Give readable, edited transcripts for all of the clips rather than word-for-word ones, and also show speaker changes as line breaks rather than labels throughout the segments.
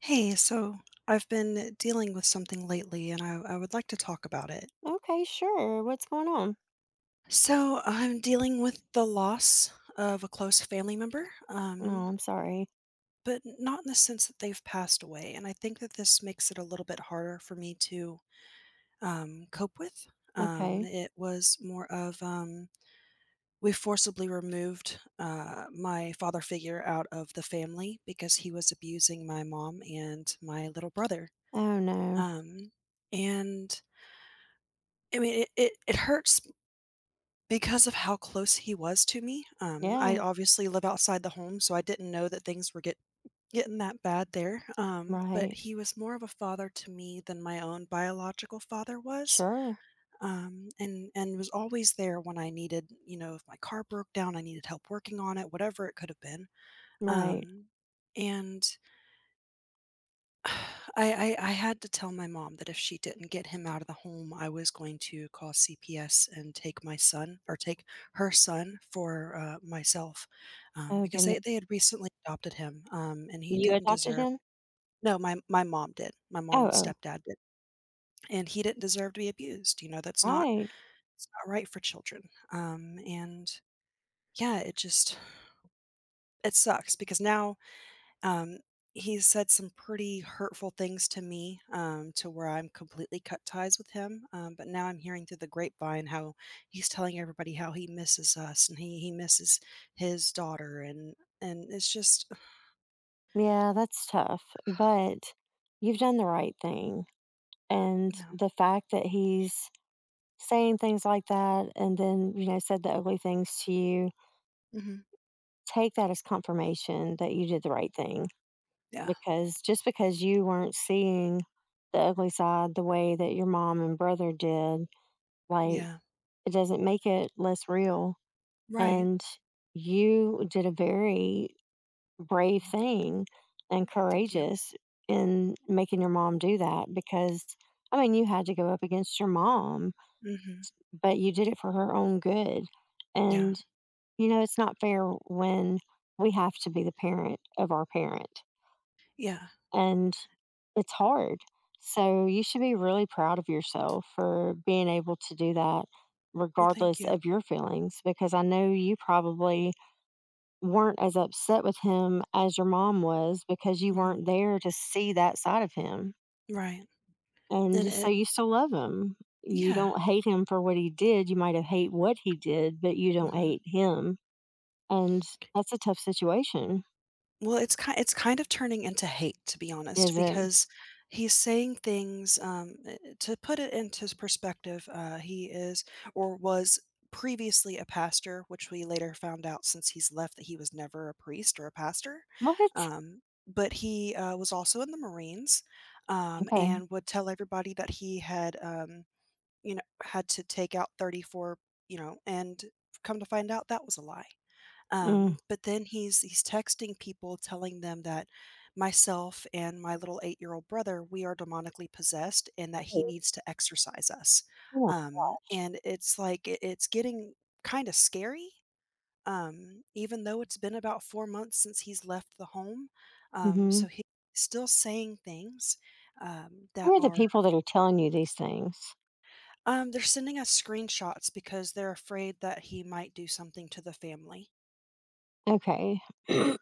Hey, so I've been dealing with something lately and I would like to talk about it.
Okay, sure. What's going on?
So I'm dealing with the loss of a close family member,
Oh, I'm sorry.
but not in the sense that they've passed away. And I think that this makes it a little bit harder for me to cope with.
Okay.
It was more of, we forcibly removed, my father figure out of the family because he was abusing my mom and my little brother.
Oh, no.
Um, and I mean, it hurts because of how close he was to me. I
Yeah,
obviously live outside the home, so I didn't know that things were getting that bad there. But
right.
he was more of a father to me than my own biological father was.
Sure.
And was always there when I needed, if my car broke down, I needed help working on it, whatever it could have been.
Right.
Um, and I had to tell my mom that if she didn't get him out of the home, I was going to call CPS and take my son or take her son for myself,
Oh,
because
goodness.
they had recently adopted him, and he
You
didn't
adopted
deserve.
him?
No, my mom did. My mom
Oh,
and
oh,
stepdad did, and he didn't deserve to be abused. You know, that's not
right.
it's not right for children. And yeah, it sucks because now. Um, he's said some pretty hurtful things to me, to where I'm completely cut ties with him. But now I'm hearing through the grapevine how he's telling everybody how he misses us and he misses his daughter and it's just
Yeah, that's tough, but you've done the right thing. And
no.
the fact that he's saying things like that and then, you know, said the ugly things to you,
Hmm.
take that as confirmation that you did the right thing.
Yeah.
Because just because you weren't seeing the ugly side the way that your mom and brother did, like,
Yeah.
it doesn't make it less real.
Right.
And you did a very brave thing and
Thank you.
courageous in making your mom do that because, I mean, you had to go up against your mom,
Hmm.
but you did it for her own good.
Yeah.
And, you know, it's not fair when we have to be the parent of our parent.
Yeah.
And it's hard. So you should be really proud of yourself for being able to do that
Well, thank
regardless
you.
of your feelings because I know you probably weren't as upset with him as your mom was because you
Hmm.
weren't there to see that side of him.
Right.
And
And
so
it.
you still love him. You
Yeah.
don't hate him for what he did. You might have hate what he did, but you don't
Mhm.
hate him. And that's a tough situation,
Well, it's kind of turning into hate, to be honest,
is it?
because he's saying things, to put it into s perspective, he is or was previously a pastor, which we later found out since he's left that he was never a priest or a pastor,
What?
um, but he, was also in the Marines,
Okay.
and would tell everybody that he had, had to take out 34, and come to find out that was a lie.
Mm.
But then he's texting people telling them that myself and my little 8-year-old brother, we are demonically possessed and that he needs to exorcise us. And it's like it's getting kind of scary. Even though it's been about 4 months since he's left the home.
Mm-hmm.
So he's still saying things, that
Who are the
are
people that are telling you these things?
they're sending us screenshots because they're afraid that he might do something to the family.
Okay.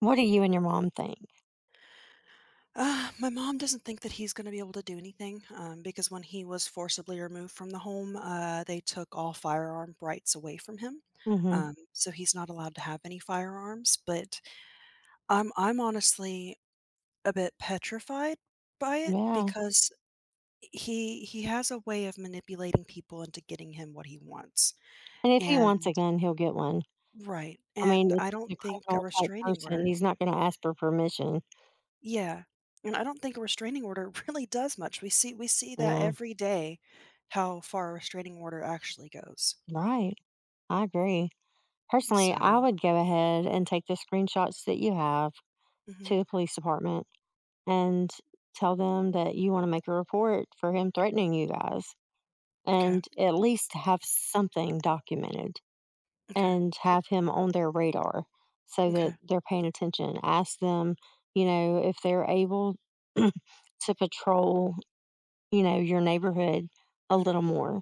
What do you and your mom think?
My mom doesn't think that he's going to be able to do anything, because when he was forcibly removed from the home, they took all firearm rights away from him.
Mhm.
So he's not allowed to have any firearms. But I'm honestly a bit petrified by it
Yeah.
because he has a way of manipulating people into getting him what he wants.
And if he wants a
And
gun, he'll get one.
right,
I mean,
and
if
I
he's
don't
a
think a
criminal type
restraining
person,
order.
he's not gonna ask for permission.
Yeah, and I don't think a restraining order really does much. We see that
No.
every day, how far a restraining order actually goes.
Right. I agree. Personally, I
So,
would go ahead and take the screenshots that you have
mhm,
to the police department and tell them that you wanna make a report for him threatening you guys
okay,
and at least have something documented.
okay,
And have him on their radar so that
okay,
they're paying attention. Ask them, you know, if they're able to patrol, you know, your neighborhood a little
mhm,
more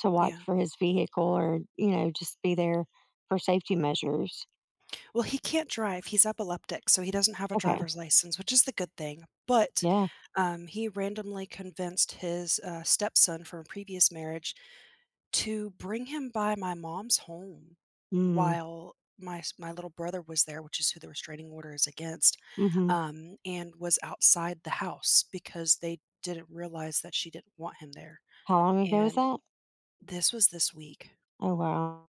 to watch
yeah.
for his vehicle or, you know, just be there for safety measures.
Well, he can't drive, he's epileptic, so he doesn't have a
Okay.
driver's license, which is the good thing, but,
Yeah.
he randomly convinced his, stepson from a previous marriage to bring him by my mom's home
Mm,
while my little brother was there, which is who the restraining order is against,
mm-hmm.
and was outside the house because they didn't realize that she didn't want him there.
How long ago was
And
that?
this was this week.
Oh, wow.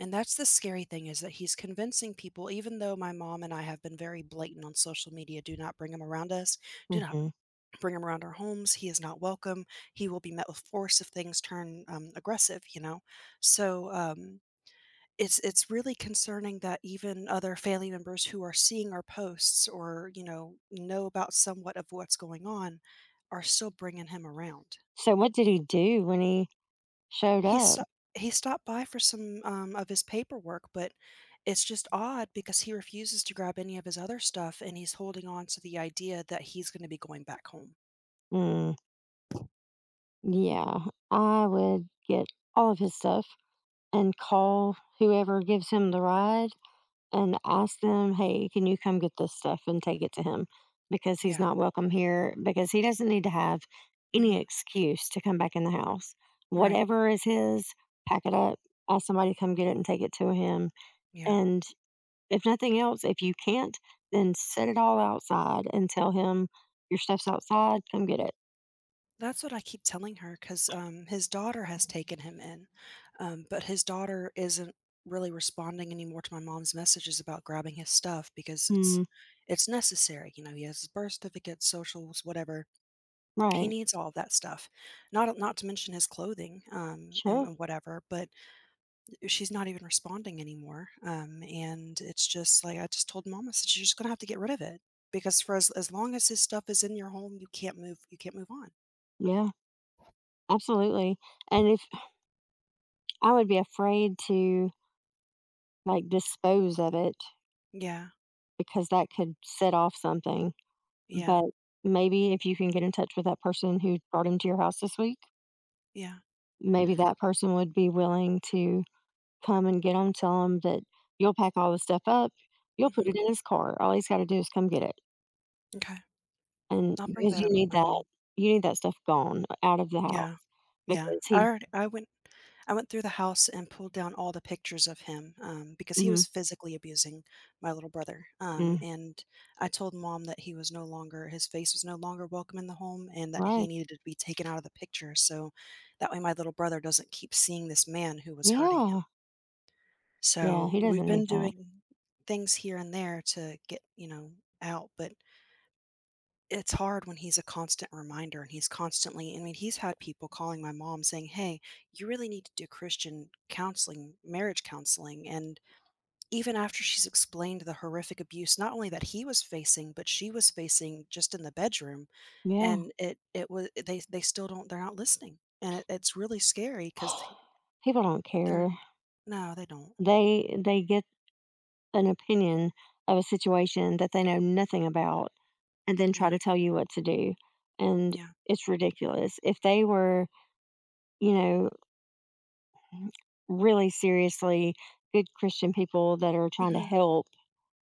And that's the scary thing is that he's convincing people, even though my mom and I have been very blatant on social media, do not bring him around us, do
mm
not
hmm
bring him around our homes. He is not welcome. He will be met with force if things turn, aggressive, you know? So it's really concerning that even other family members who are seeing our posts or know about somewhat of what's going on are still bringing him around.
So, what did he do when he showed
he
up?
sto- he stopped by for some, of his paperwork, but it's just odd because he refuses to grab any of his other stuff and he's holding on to the idea that he's going to be going back home.
Mm, yeah, I would get all of his stuff. And call whoever gives him the ride and ask them, "Hey, can you come get this stuff and take it to him? Because he's
Yeah.
not welcome here, because he doesn't need to have any
Hmm.
excuse to come back in the house.
Right.
Whatever is his, pack it up, ask somebody to come get it and take it to him.
Yeah.
And if nothing else, if you can't, then set it all outside and tell him your stuff's outside, come get it.'"
That's what I keep telling her, 'cause, his daughter has taken him in, but his daughter isn't really responding anymore to my mom's messages about grabbing his stuff because it's
Mm,
it's necessary. He has his birth certificate, socials, whatever. He
right.
needs all of that stuff, not to mention his clothing, um, and
Sure.
and whatever, but she's not even responding anymore, and it's just like I just told mom, I said, "You're just gonna have to get rid of it because for as long as his stuff is in your home, you can't move on."
Yeah, absolutely. And if I would be afraid to, like, dispose of it
Yeah,
because that could set off something,
yeah.
but maybe if you can get in touch with that person who brought him to your house this week,
Yeah,
maybe that person would be willing to come and get him, tell him that you'll pack all the stuff up, you'll put
mhm,
it in his car, all he's gotta do is come get it,
m'kay.
and
I'll bring
because
that up
you
with
need
my
that,
mom.
you need that stuff gone out of the house
Yeah, yeah.
because he
I went through the house and pulled down all the pictures of him, because he
mhm,
was physically abusing my little brother,
mm,
and I told mom that he was no longer his face was no longer welcome in the home and that he
right.
needed to be taken out of the picture so that way my little brother doesn't keep seeing this man who was hurting
Yeah,
him. So,
yeah, he
we've
doesn't need
been
that.
doing things here and there to get, out, but it's hard when he's a constant reminder and he's constantly I mean, he's had people calling my mom saying, "Hey, you really need to do Christian counseling, marriage counseling." And even after she's explained the horrific abuse, not only that he was facing, but she was facing just in the bedroom,
Yeah.
and it was, they still don't, they're not listening. And it's really scary because
People don't
they're
care.
no, they don't.
They get an opinion of a situation that they know nothing about and then try
Yeah.
to tell you what to do. And
Yeah.
it's ridiculous. If they were, you know, really seriously good Christian people that are trying to
Mhm.
help,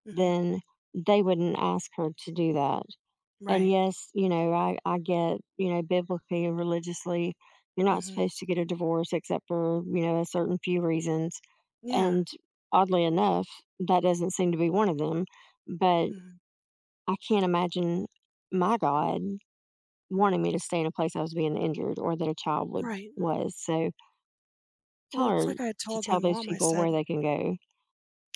Mhm.
then they wouldn't ask her to do that. And
Right.
yes, you know, I get, you know, biblically and religiously, you're not
Mhm.
supposed to get a divorce except for, you know, a certain few reasons.
Yeah.
And oddly enough, that doesn't seem to be one of them. But
Mhm.
I can't imagine my God wanting me to stay in a place I was being injured or that a child would
Right.
was. So it's
Well, it's
hard
like I
to
told my
tell those
mom, I
people
said,
where they can go.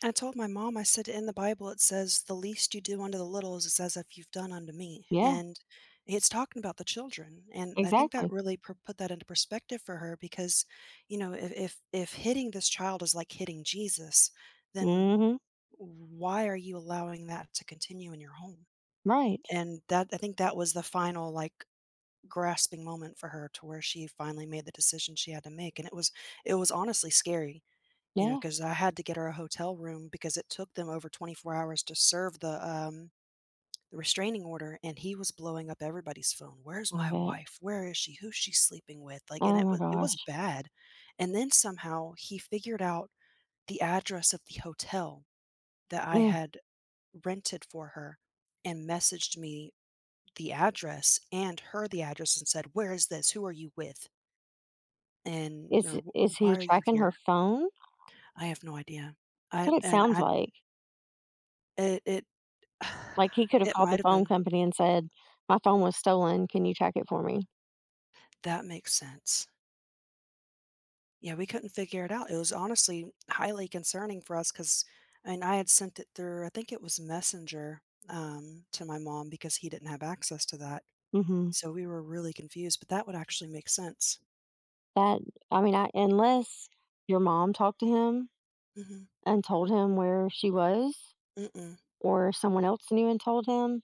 in the Bible, it says, the least you do unto the little is as if you've done unto me.
Yeah,
And it's talking about the children. And I think that
exactly.
really put that into perspective for her because, if, hitting this child is like hitting Jesus, then
Hmm.
why are you allowing that to continue in your home?
Right.
And that, I think that was the final, like, grasping moment for her to where she finally made the decision she had to make. And it was honestly scary,
Yeah.
because I had to get her a hotel room because it took them over 24 hours to serve the, the restraining order, and he was blowing up everybody's phone. "Where's
I
my
bet.
wife? Where is she? Who's she sleeping with?" Like, and
Oh
it
my
was it was
gosh.
bad, and then somehow he figured out the address of the hotel that I
Mm.
had rented for her and messaged me the address and her the address and said, "Where is this? Who are you with? And or, "Wh
Is
why
he
are you
tracking her
here?"
phone? That's
I have no idea. I
what it
and
sounds
I
like.
it it
Like he could have
It
called the
might have
phone
been.
company and said, "My phone was stolen. Can you track it for me?"
That makes sense. Yeah, we couldn't figure it out. It was honestly highly concerning for us, 'cause I mean, I had sent it through, I think it was Messenger, to my mom because he didn't have access to that.
Hmm.
So we were really confused, but that would actually make sense.
That. I mean, I, unless your mom talked to him
Mhm.
and told him where she was,
Mm-mm.
or someone else knew and told him,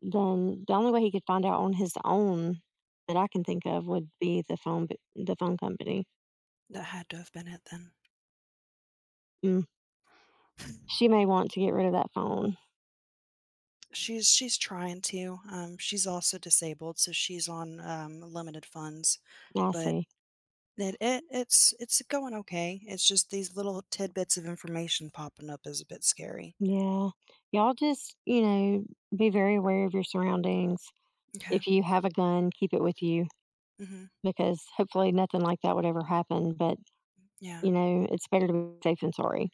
then the only way he could find out on his own that I can think of would be the phone company.
That had to have been it then.
Mm, she may want to get rid of that phone.
She's trying to, she's also disabled, so she's on, limited funds,
I
but
see.
it's going okay. It's just these little tidbits of information popping up is a bit scary.
Yeah. Y'all just, you know, be very aware of your surroundings.
Okay.
If you have a gun, keep it with you
Mhm.
because hopefully nothing like that would ever happen. But,
Yeah,
you know, it's better to be safe than sorry.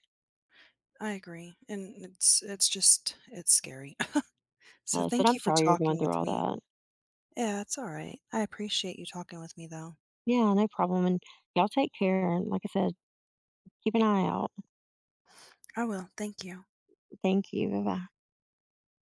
I agree. And it's scary. So
Said,
thank
I'm
you for
sorry you're going
talking
through
with
all
me.
that.
Yeah, it's all right. I appreciate you talking with me though.
Yeah, no problem. And y'all take care. And like I said, keep an eye out.
I will. Thank you.
Thank you. Bye bye.